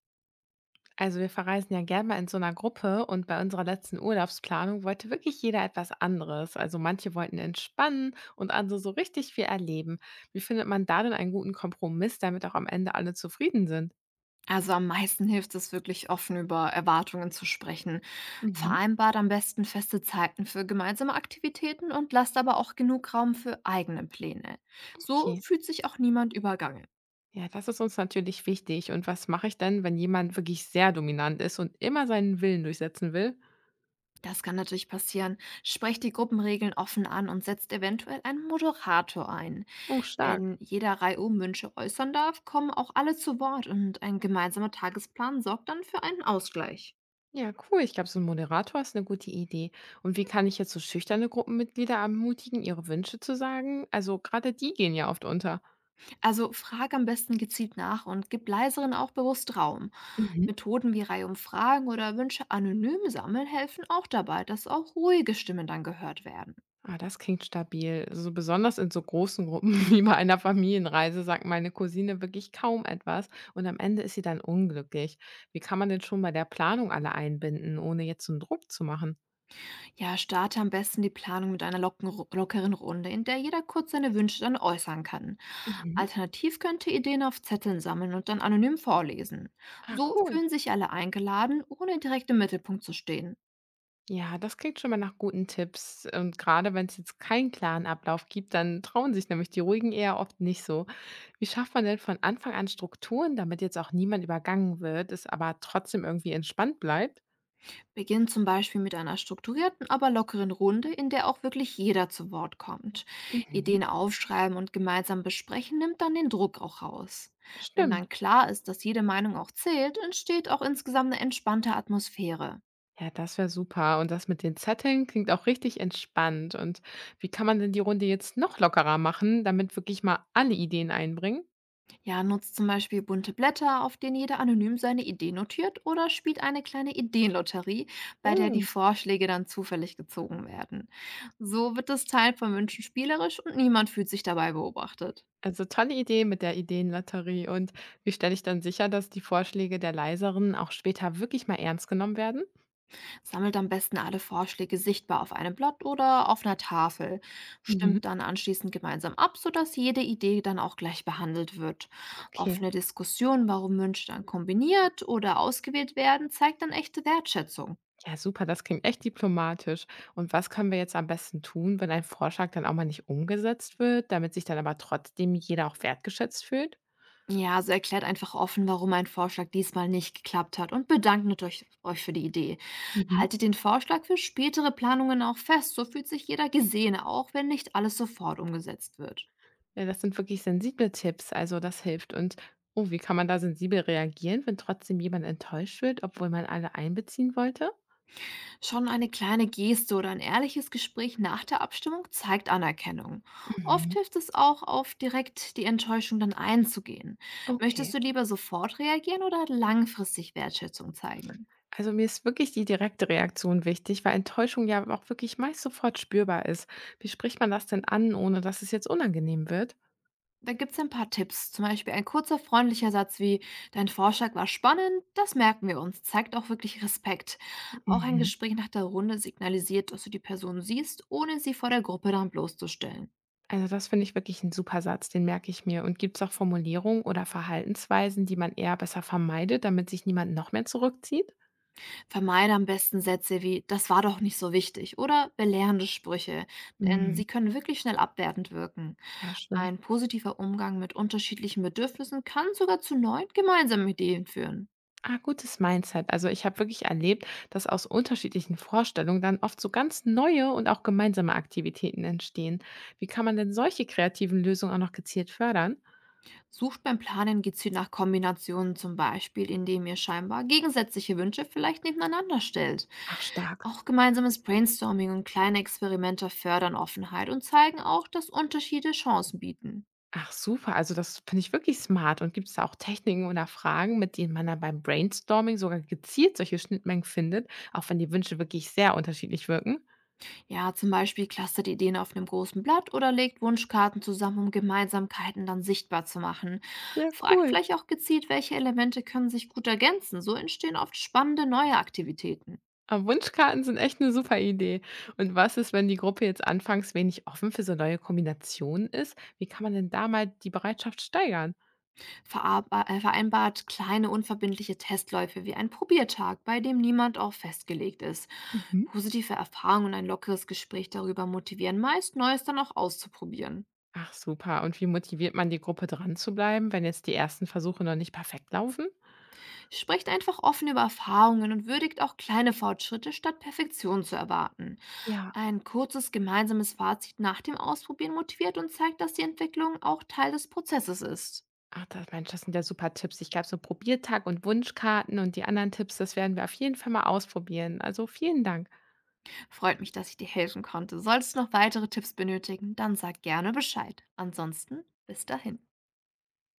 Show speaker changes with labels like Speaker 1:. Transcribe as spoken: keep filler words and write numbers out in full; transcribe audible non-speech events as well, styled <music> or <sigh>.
Speaker 1: Also wir verreisen ja gerne mal in so einer Gruppe und bei unserer letzten Urlaubsplanung wollte wirklich jeder etwas anderes. Also manche wollten entspannen und andere so richtig viel erleben. Wie findet man da denn einen guten Kompromiss, damit auch am Ende alle zufrieden sind?
Speaker 2: Also am meisten hilft es wirklich, offen über Erwartungen zu sprechen.
Speaker 1: Mhm.
Speaker 2: Vereinbart am besten feste Zeiten für gemeinsame Aktivitäten und lasst aber auch genug Raum für eigene Pläne. So
Speaker 1: Okay.
Speaker 2: fühlt sich auch niemand übergangen.
Speaker 1: Ja, das ist uns natürlich wichtig. Und was mache ich denn, wenn jemand wirklich sehr dominant ist und immer seinen Willen durchsetzen will?
Speaker 2: Das kann natürlich passieren. Sprecht die Gruppenregeln offen an und setzt eventuell einen Moderator ein.
Speaker 1: Oh, stark.
Speaker 2: Wenn jeder Reihe um Wünsche äußern darf, kommen auch alle zu Wort und ein gemeinsamer Tagesplan sorgt dann für einen Ausgleich.
Speaker 1: Ja, cool. Ich glaube, so ein Moderator ist eine gute Idee. Und wie kann ich jetzt so schüchterne Gruppenmitglieder ermutigen, ihre Wünsche zu sagen? Also, gerade die gehen ja oft unter.
Speaker 2: Also frag am besten gezielt nach und gib leiseren auch bewusst Raum.
Speaker 1: Mhm.
Speaker 2: Methoden wie Reihe um Fragen oder Wünsche anonym sammeln helfen auch dabei, dass auch ruhige Stimmen dann gehört werden.
Speaker 1: Ah, das klingt stabil. So besonders in so großen Gruppen <laughs> wie bei einer Familienreise sagt meine Cousine wirklich kaum etwas und am Ende ist sie dann unglücklich. Wie kann man denn schon bei der Planung alle einbinden, ohne jetzt so einen Druck zu machen?
Speaker 2: Ja, starte am besten die Planung mit einer locken, lockeren Runde, in der jeder kurz seine Wünsche dann äußern kann.
Speaker 1: Mhm.
Speaker 2: Alternativ könnte Ideen auf Zetteln sammeln und dann anonym vorlesen.
Speaker 1: Ah,
Speaker 2: So
Speaker 1: cool.
Speaker 2: fühlen sich alle eingeladen, ohne direkt im Mittelpunkt zu stehen.
Speaker 1: Ja, das klingt schon mal nach guten Tipps. Und gerade wenn es jetzt keinen klaren Ablauf gibt, dann trauen sich nämlich die Ruhigen eher oft nicht so. Wie schafft man denn von Anfang an Strukturen, damit jetzt auch niemand übergangen wird, es aber trotzdem irgendwie entspannt bleibt?
Speaker 2: Beginn zum Beispiel mit einer strukturierten, aber lockeren Runde, in der auch wirklich jeder zu Wort kommt.
Speaker 1: Mhm.
Speaker 2: Ideen aufschreiben und gemeinsam besprechen nimmt dann den Druck auch raus. Wenn dann
Speaker 1: Stimmt.
Speaker 2: klar ist, dass jede Meinung auch zählt, entsteht auch insgesamt eine entspannte Atmosphäre.
Speaker 1: Ja, das wäre super. Und das mit den Zetteln klingt auch richtig entspannt. Und wie kann man denn die Runde jetzt noch lockerer machen, damit wirklich mal alle Ideen einbringen?
Speaker 2: Ja, nutzt zum Beispiel bunte Blätter, auf denen jeder anonym seine Idee notiert oder spielt eine kleine Ideenlotterie, bei der die
Speaker 1: Mm.
Speaker 2: Vorschläge dann zufällig gezogen werden. So wird das Teil von Wünschen spielerisch und niemand fühlt sich dabei beobachtet.
Speaker 1: Also tolle Idee mit der Ideenlotterie. Und wie stelle ich dann sicher, dass die Vorschläge der Leiseren auch später wirklich mal ernst genommen werden?
Speaker 2: Sammelt am besten alle Vorschläge sichtbar auf einem Blatt oder auf einer Tafel.
Speaker 1: Mhm.
Speaker 2: Stimmt dann anschließend gemeinsam ab, sodass jede Idee dann auch gleich behandelt wird.
Speaker 1: Okay.
Speaker 2: Offene Diskussion, warum Wünsche dann kombiniert oder ausgewählt werden, zeigt dann echte Wertschätzung.
Speaker 1: Ja, super, das klingt echt diplomatisch. Und was können wir jetzt am besten tun, wenn ein Vorschlag dann auch mal nicht umgesetzt wird, damit sich dann aber trotzdem jeder auch wertgeschätzt fühlt?
Speaker 2: Ja, also erklärt einfach offen, warum ein Vorschlag diesmal nicht geklappt hat und bedankt euch, euch für die Idee.
Speaker 1: Mhm.
Speaker 2: Haltet den Vorschlag für spätere Planungen auch fest, so fühlt sich jeder gesehen, auch wenn nicht alles sofort umgesetzt wird.
Speaker 1: Ja, das sind wirklich sensible Tipps, also das hilft. Und oh, wie kann man da sensibel reagieren, wenn trotzdem jemand enttäuscht wird, obwohl man alle einbeziehen wollte?
Speaker 2: Schon eine kleine Geste oder ein ehrliches Gespräch nach der Abstimmung zeigt Anerkennung. Oft
Speaker 1: Mhm.
Speaker 2: hilft es auch, auf direkt die Enttäuschung dann einzugehen. Möchtest
Speaker 1: Okay.
Speaker 2: du lieber sofort reagieren oder langfristig Wertschätzung zeigen?
Speaker 1: Also mir ist wirklich die direkte Reaktion wichtig, weil Enttäuschung ja auch wirklich meist sofort spürbar ist. Wie spricht man das denn an, ohne dass es jetzt unangenehm wird?
Speaker 2: Da gibt es ein paar Tipps, zum Beispiel ein kurzer freundlicher Satz wie „Dein Vorschlag war spannend, das merken wir uns“, zeigt auch wirklich Respekt. Auch ein
Speaker 1: Mhm.
Speaker 2: Gespräch nach der Runde signalisiert, dass du die Person siehst, ohne sie vor der Gruppe dann bloßzustellen.
Speaker 1: Also das finde ich wirklich ein super Satz, den merke ich mir. Und gibt es auch Formulierungen oder Verhaltensweisen, die man eher besser vermeidet, damit sich niemand noch mehr zurückzieht?
Speaker 2: Vermeide am besten Sätze wie „Das war doch nicht so wichtig“ oder belehrende Sprüche, denn
Speaker 1: Mhm.
Speaker 2: sie können wirklich schnell abwertend wirken.
Speaker 1: Ja, stimmt.
Speaker 2: Ein positiver Umgang mit unterschiedlichen Bedürfnissen kann sogar zu neuen gemeinsamen Ideen führen.
Speaker 1: Ah, gutes Mindset. Also ich habe wirklich erlebt, dass aus unterschiedlichen Vorstellungen dann oft so ganz neue und auch gemeinsame Aktivitäten entstehen. Wie kann man denn solche kreativen Lösungen auch noch gezielt fördern?
Speaker 2: Sucht beim Planen gezielt nach Kombinationen, zum Beispiel indem ihr scheinbar gegensätzliche Wünsche vielleicht nebeneinander stellt.
Speaker 1: Ach, stark.
Speaker 2: Auch gemeinsames Brainstorming und kleine Experimente fördern Offenheit und zeigen auch, dass Unterschiede Chancen bieten.
Speaker 1: Ach super, also das finde ich wirklich smart. Und gibt's da auch Techniken oder Fragen, mit denen man dann beim Brainstorming sogar gezielt solche Schnittmengen findet, auch wenn die Wünsche wirklich sehr unterschiedlich wirken?
Speaker 2: Ja, zum Beispiel clustert Ideen auf einem großen Blatt oder legt Wunschkarten zusammen, um Gemeinsamkeiten dann sichtbar zu machen.
Speaker 1: Ja,
Speaker 2: Fragt
Speaker 1: cool.
Speaker 2: vielleicht auch gezielt, welche Elemente können sich gut ergänzen. So entstehen oft spannende neue Aktivitäten.
Speaker 1: Aber Wunschkarten sind echt eine super Idee. Und was ist, wenn die Gruppe jetzt anfangs wenig offen für so neue Kombinationen ist? Wie kann man denn da mal die Bereitschaft steigern?
Speaker 2: Verarbe äh, Vereinbart kleine unverbindliche Testläufe wie ein Probiertag, bei dem niemand auch festgelegt ist.
Speaker 1: Mhm.
Speaker 2: Positive Erfahrungen und ein lockeres Gespräch darüber motivieren meist, Neues dann auch auszuprobieren.
Speaker 1: Ach super. Und wie motiviert man die Gruppe dran zu bleiben, wenn jetzt die ersten Versuche noch nicht perfekt laufen?
Speaker 2: Sprecht einfach offen über Erfahrungen und würdigt auch kleine Fortschritte, statt Perfektion zu erwarten.
Speaker 1: Ja.
Speaker 2: Ein kurzes gemeinsames Fazit nach dem Ausprobieren motiviert und zeigt, dass die Entwicklung auch Teil des Prozesses ist.
Speaker 1: Ach, da Mensch, das sind ja super Tipps. Ich glaube, so Probiertag und Wunschkarten und die anderen Tipps, das werden wir auf jeden Fall mal ausprobieren. Also vielen Dank.
Speaker 2: Freut mich, dass ich dir helfen konnte. Solltest du noch weitere Tipps benötigen, dann sag gerne Bescheid. Ansonsten bis dahin.